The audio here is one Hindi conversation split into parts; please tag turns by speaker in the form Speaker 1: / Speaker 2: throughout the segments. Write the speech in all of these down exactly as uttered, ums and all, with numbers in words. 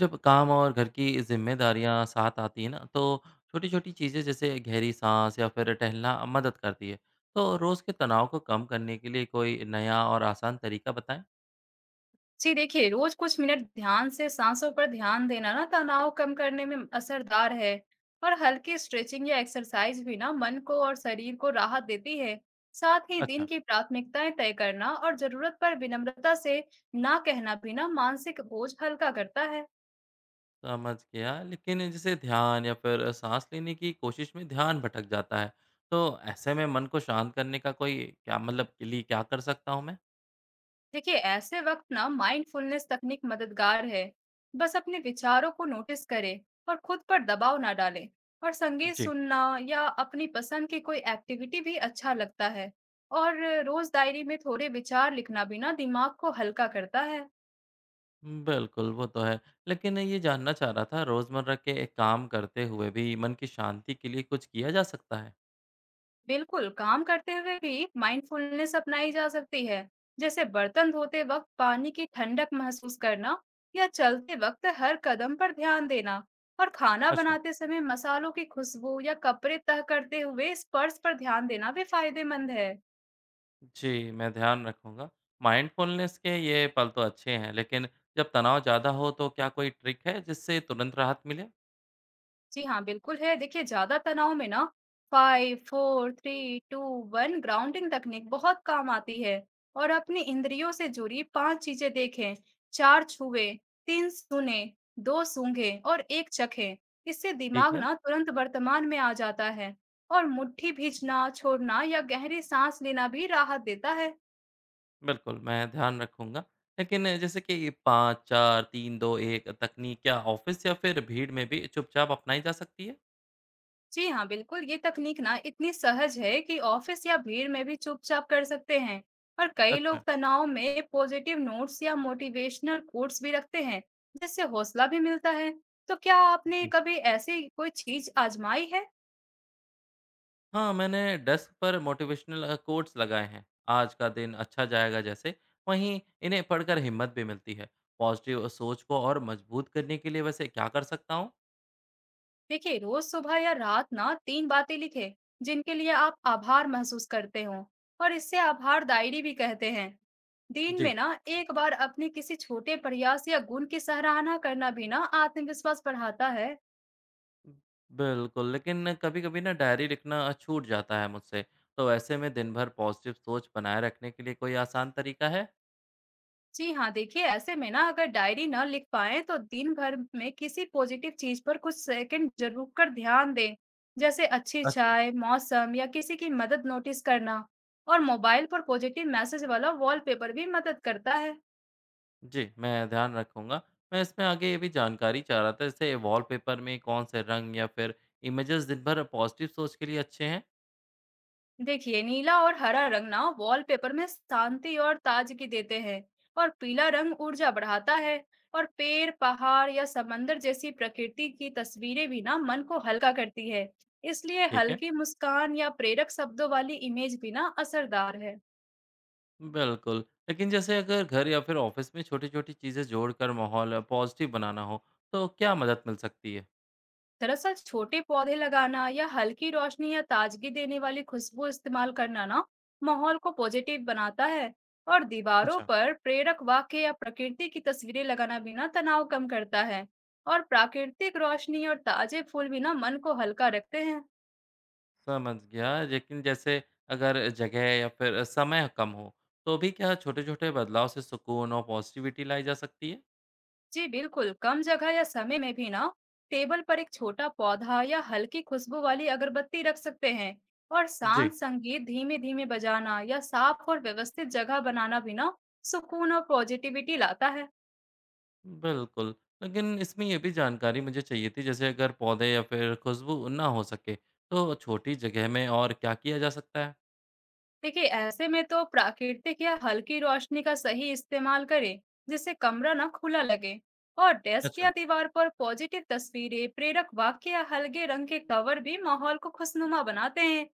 Speaker 1: जब काम और घर की ज़िम्मेदारियाँ साथ आती हैं ना, तो छोटी-छोटी चीज़ें जैसे गहरी साँस या फिर टहलना मदद करती है। तो रोज़ के तनाव को कम करने के लिए कोई नया और आसान तरीका बताएँ?
Speaker 2: जी देखिए, रोज़ कुछ मिनट ध्यान से सांसों पर ध्यान देना ना तनाव कम करने में असरदार है। और हल्की स्ट्रेचिंग या एक्सरसाइज भी ना मन को और शरीर को राहत देती है। साथ ही दिन
Speaker 1: अच्छा,
Speaker 2: की प्राथमिकताएं तय करना और जरूरत पर विनम्रता से ना कहना भी ना मानसिक बोझ हल्का करता है।
Speaker 1: समझ गया। लेकिन जैसे ध्यान या फिर साँस लेने की कोशिश में ध्यान भटक जाता है, तो ऐसे में मन को शांत करने का कोई क्या मतलब के लिए क्या कर सकता हूँ मैं?
Speaker 2: देखिए ऐसे वक्त ना माइंडफुलनेस तकनीक मददगार है। बस अपने विचारों को नोटिस करें और खुद पर दबाव ना डालें। और संगीत
Speaker 1: जी।
Speaker 2: सुनना या अपनी पसंद की कोई एक्टिविटी भी अच्छा लगता है। और रोज डायरी में थोड़े विचार लिखना भी ना दिमाग को हल्का करता है।
Speaker 1: बिल्कुल, वो तो है। लेकिन ये जानना चाह रहा था, रोज़मर्रा के काम करते हुए भी मन की शांति के लिए कुछ किया जा सकता है?
Speaker 2: बिल्कुल, काम करते हुए भी माइंडफुलनेस अपनाई जा सकती है। जैसे बर्तन धोते वक्त पानी की ठंडक महसूस करना या चलते वक्त हर कदम पर ध्यान देना और खाना
Speaker 1: अच्छा।
Speaker 2: बनाते समय मसालों की खुशबू या कपड़े तह करते हुए स्पर्श पर ध्यान देना भी फायदेमंद है।
Speaker 1: जी, मैं ध्यान रखूँगा। माइंडफुलनेस के ये पल तो अच्छे हैं, लेकिन जब तनाव ज़्यादा हो तो क्या कोई ट्रिक है जिससे तुरंत राहत मिले?
Speaker 2: जी हाँ, बिल्कुल है। देखिए, ज़्यादा तनाव में ना पाँच, चार, तीन, दो, एक ग्राउंडिंग तकनीक बहुत काम आती है। और अपनी इंद्रियों से जुड़ी पाँच चीज़ें देखें, चार छुए, तीन सुने, दो सूंघे और एक चखे। इससे
Speaker 1: ठीक
Speaker 2: दिमाग
Speaker 1: है,
Speaker 2: ना तुरंत वर्तमान में आ जाता है। और मुट्ठी भींचना, छोड़ना या गहरी सांस लेना भी राहत देता है।
Speaker 1: बिल्कुल मैं ध्यान रखूँगा। लेकिन जैसे कि पाँच, चार, तीन, दो, एक तकनीक क्या ऑफ़िस या फिर भीड़ में भी चुपचाप अपनाई जा सकती है?
Speaker 2: जी हाँ, बिल्कुल, ये तकनीक ना इतनी सहज है कि ऑफिस या भीड़ में भी चुपचाप कर सकते हैं। और कई
Speaker 1: अच्छा।
Speaker 2: लोग तनाव में पॉजिटिव नोट्स या मोटिवेशनल कोट्स भी रखते हैं, जिससे हौसला भी मिलता है। तो क्या आपने
Speaker 1: जी
Speaker 2: कभी ऐसी कोई चीज आजमाई है?
Speaker 1: हाँ, मैंने डेस्क पर मोटिवेशनल अ, कोट्स लगाए हैं। आज का दिन अच्छा जाएगा जैसे, वहीं इन्हें पढ़कर हिम्मत भी मिलती है। पॉज़िटिव सोच को और मजबूत करने के लिए वैसे क्या कर सकता हूँ?
Speaker 2: देखिए, रोज सुबह या रात ना तीन बातें लिखें, जिनके लिए आप आभार महसूस करते हो और इसे आभार डायरी भी कहते हैं। दिन
Speaker 1: जी।
Speaker 2: में ना एक बार अपने किसी छोटे प्रयास या गुण की सराहना करना भी ना आत्मविश्वास बढ़ाता है।
Speaker 1: बिल्कुल, लेकिन कभी-कभी ना डायरी लिखना छूट जाता है मुझसे, तो ऐसे में दिन भर पॉज़िटिव सोच बनाए रखने के लिए कोई आसान तरीका है?
Speaker 2: जी हाँ, देखिए ऐसे में ना अगर डायरी ना लिख पाएँ तो दिन भर में किसी पॉजिटिव चीज़ पर कुछ सेकंड ज़रूर कर ध्यान दें। जैसे अच्छी
Speaker 1: अच्छा।
Speaker 2: चाय, मौसम या किसी की मदद नोटिस करना। और मोबाइल पर पॉजिटिव मैसेज वाला वॉलपेपर भी मदद करता है।
Speaker 1: जी, मैं ध्यान रखूँगा। मैं इसमें आगे ये भी जानकारी चाह रहा था, जैसे वॉलपेपर में कौन से रंग या फिर इमेजेस दिन भर पॉज़िटिव सोच के लिए अच्छे हैं?
Speaker 2: देखिए नीला और हरा रंग ना वॉलपेपर में शांति और ताजगी देते हैं। और पीला रंग ऊर्जा बढ़ाता है। और पेड़ पहाड़ या समंदर जैसी प्रकृति की तस्वीरें भी ना मन को हल्का करती है। इसलिए
Speaker 1: ठीक है।
Speaker 2: हल्की मुस्कान या प्रेरक शब्दों वाली इमेज भी ना असरदार है।
Speaker 1: बिल्कुल, लेकिन जैसे अगर घर या फिर ऑफ़िस में छोटी-छोटी चीज़ें जोड़कर माहौल पॉज़िटिव बनाना हो, तो क्या मदद मिल सकती है?
Speaker 2: दरअसल छोटे पौधे लगाना या हल्की रोशनी या ताजगी देने वाली खुशबू इस्तेमाल करना ना माहौल को पॉजिटिव बनाता है। और दीवारों पर प्रेरक वाक्य या प्रकृति की तस्वीरें लगाना भी ना तनाव कम करता है। और प्राकृतिक रोशनी और ताजे फूल भी ना मन को हल्का रखते हैं।
Speaker 1: समझ गया। लेकिन जैसे अगर जगह या फिर समय कम हो, तो भी क्या छोटे-छोटे बदलाव से सुकून और पॉज़िटिविटी लाई जा सकती है?
Speaker 2: जी बिल्कुल, कम जगह या समय में भी ना टेबल पर एक छोटा पौधा या हल्की खुशबू वाली अगरबत्ती रख सकते हैं। और
Speaker 1: जी।
Speaker 2: शांत संगीत धीमे धीमे बजाना या साफ और व्यवस्थित जगह बनाना भी ना सुकून और पॉजिटिविटी लाता है।
Speaker 1: बिल्कुल। लेकिन इसमें ये भी जानकारी मुझे चाहिए थी, जैसे अगर पौधे या फिर खुशबू ना हो सके, तो छोटी जगह में और क्या किया जा सकता है?
Speaker 2: देखिए ऐसे में तो प्राकृतिक या हल्की रोशनी का सही इस्तेमाल करें, जिससे कमरा ना खुला लगे। और डेस्क
Speaker 1: अच्छा।
Speaker 2: या दीवार पर पॉजिटिव तस्वीरें, प्रेरक वाक्य या हल्के रंग के कवर भी माहौल को खुशनुमा बनाते हैं।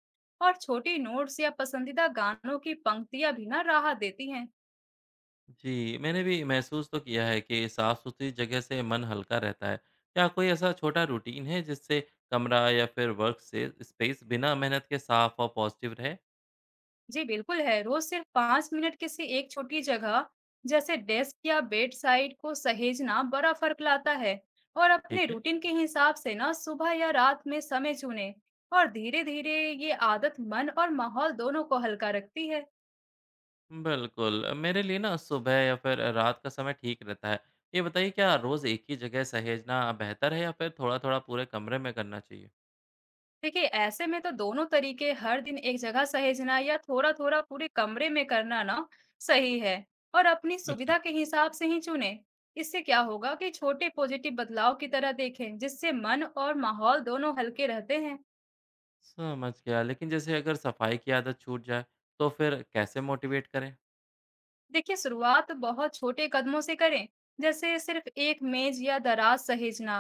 Speaker 2: और छोटी नोट्स या पसंदीदा गानों की पंक्तियां भी ना राहत देती हैं।
Speaker 1: जी, मैंने भी महसूस तो किया है कि साफ-सुथरी जगह से मन हल्का रहता है। क्या कोई ऐसा छोटा रूटीन है जिससे कमरा या फिर वर्क से स्पेस बिना मेहनत के साफ और पॉज़िटिव रहे?
Speaker 2: जी, बिल्कुल है। रोज़ सिर्फ पाँच मिनट किसी एक छोटी जगह, जैसे डेस्क या बेड साइड को सहेजना बड़ा फ़र्क लाता है। और
Speaker 1: ठीक
Speaker 2: अपने
Speaker 1: है।
Speaker 2: रूटीन के हिसाब से ना सुबह या रात में समय चुनें और धीरे-धीरे ये आदत मन और माहौल दोनों को हल्का रखती है।
Speaker 1: बिल्कुल। अ, मेरे लिए ना सुबह या फिर रात का समय ठीक रहता है। ये बताइए, क्या रोज़ एक ही जगह सहेजना बेहतर है या फिर थोड़ा थोड़ा पूरे कमरे में करना चाहिए?
Speaker 2: देखिए, ऐसे में तो दोनों तरीके हर दिन एक जगह सहेजना या थोड़ा-थोड़ा पूरे कमरे में करना ना सही है। और अपनी
Speaker 1: अच्छा।
Speaker 2: सुविधा के हिसाब से ही चुने। इससे क्या होगा कि छोटे पॉजिटिव बदलाव की तरह देखें, जिससे मन और माहौल दोनों हल्के रहते हैं।
Speaker 1: समझ गया, लेकिन जैसे अगर सफाई की आदत छूट जाए तो फिर कैसे मोटिवेट करें?
Speaker 2: देखिए शुरुआत बहुत छोटे कदमों से करें, जैसे सिर्फ एक मेज या दराज सहेजना।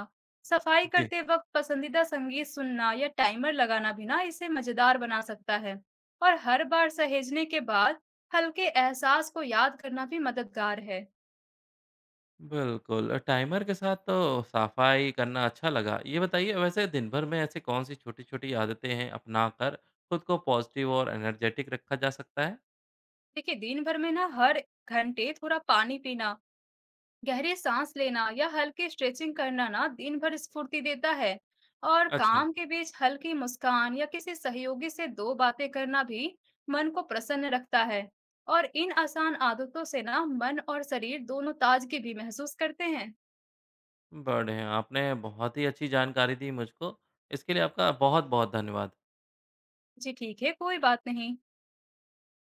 Speaker 2: सफाई
Speaker 1: जी।
Speaker 2: करते वक्त पसंदीदा संगीत सुनना या टाइमर लगाना भी ना इसे मजेदार बना सकता है। और हर बार सहेजने के बाद हल्के एहसास को याद करना भी मददगार है।
Speaker 1: बिल्कुल। अ, टाइमर के साथ तो सफाई करना अच्छा लगा। ये बताइए, वैसे दिन भर में ऐसे कौन सी छोटी छोटी आदतें हैं अपना कर खुद को पॉजिटिव और एनर्जेटिक रखा जा सकता है?
Speaker 2: देखिए दिन भर में ना हर घंटे थोड़ा पानी पीना, गहरी सांस लेना या हल्की स्ट्रेचिंग करना ना दिन भर स्फूर्ति देता है। और
Speaker 1: अच्छा।
Speaker 2: काम के बीच हल्की मुस्कान या किसी सहयोगी से दो बातें करना भी मन को प्रसन्न रखता है। और इन आसान आदतों से ना मन और शरीर दोनों ताजगी भी महसूस करते हैं।
Speaker 1: बढ़िया, आपने बहुत ही अच्छी जानकारी दी मुझको। इसके लिए आपका बहुत-बहुत धन्यवाद।
Speaker 2: जी ठीक है, कोई बात नहीं।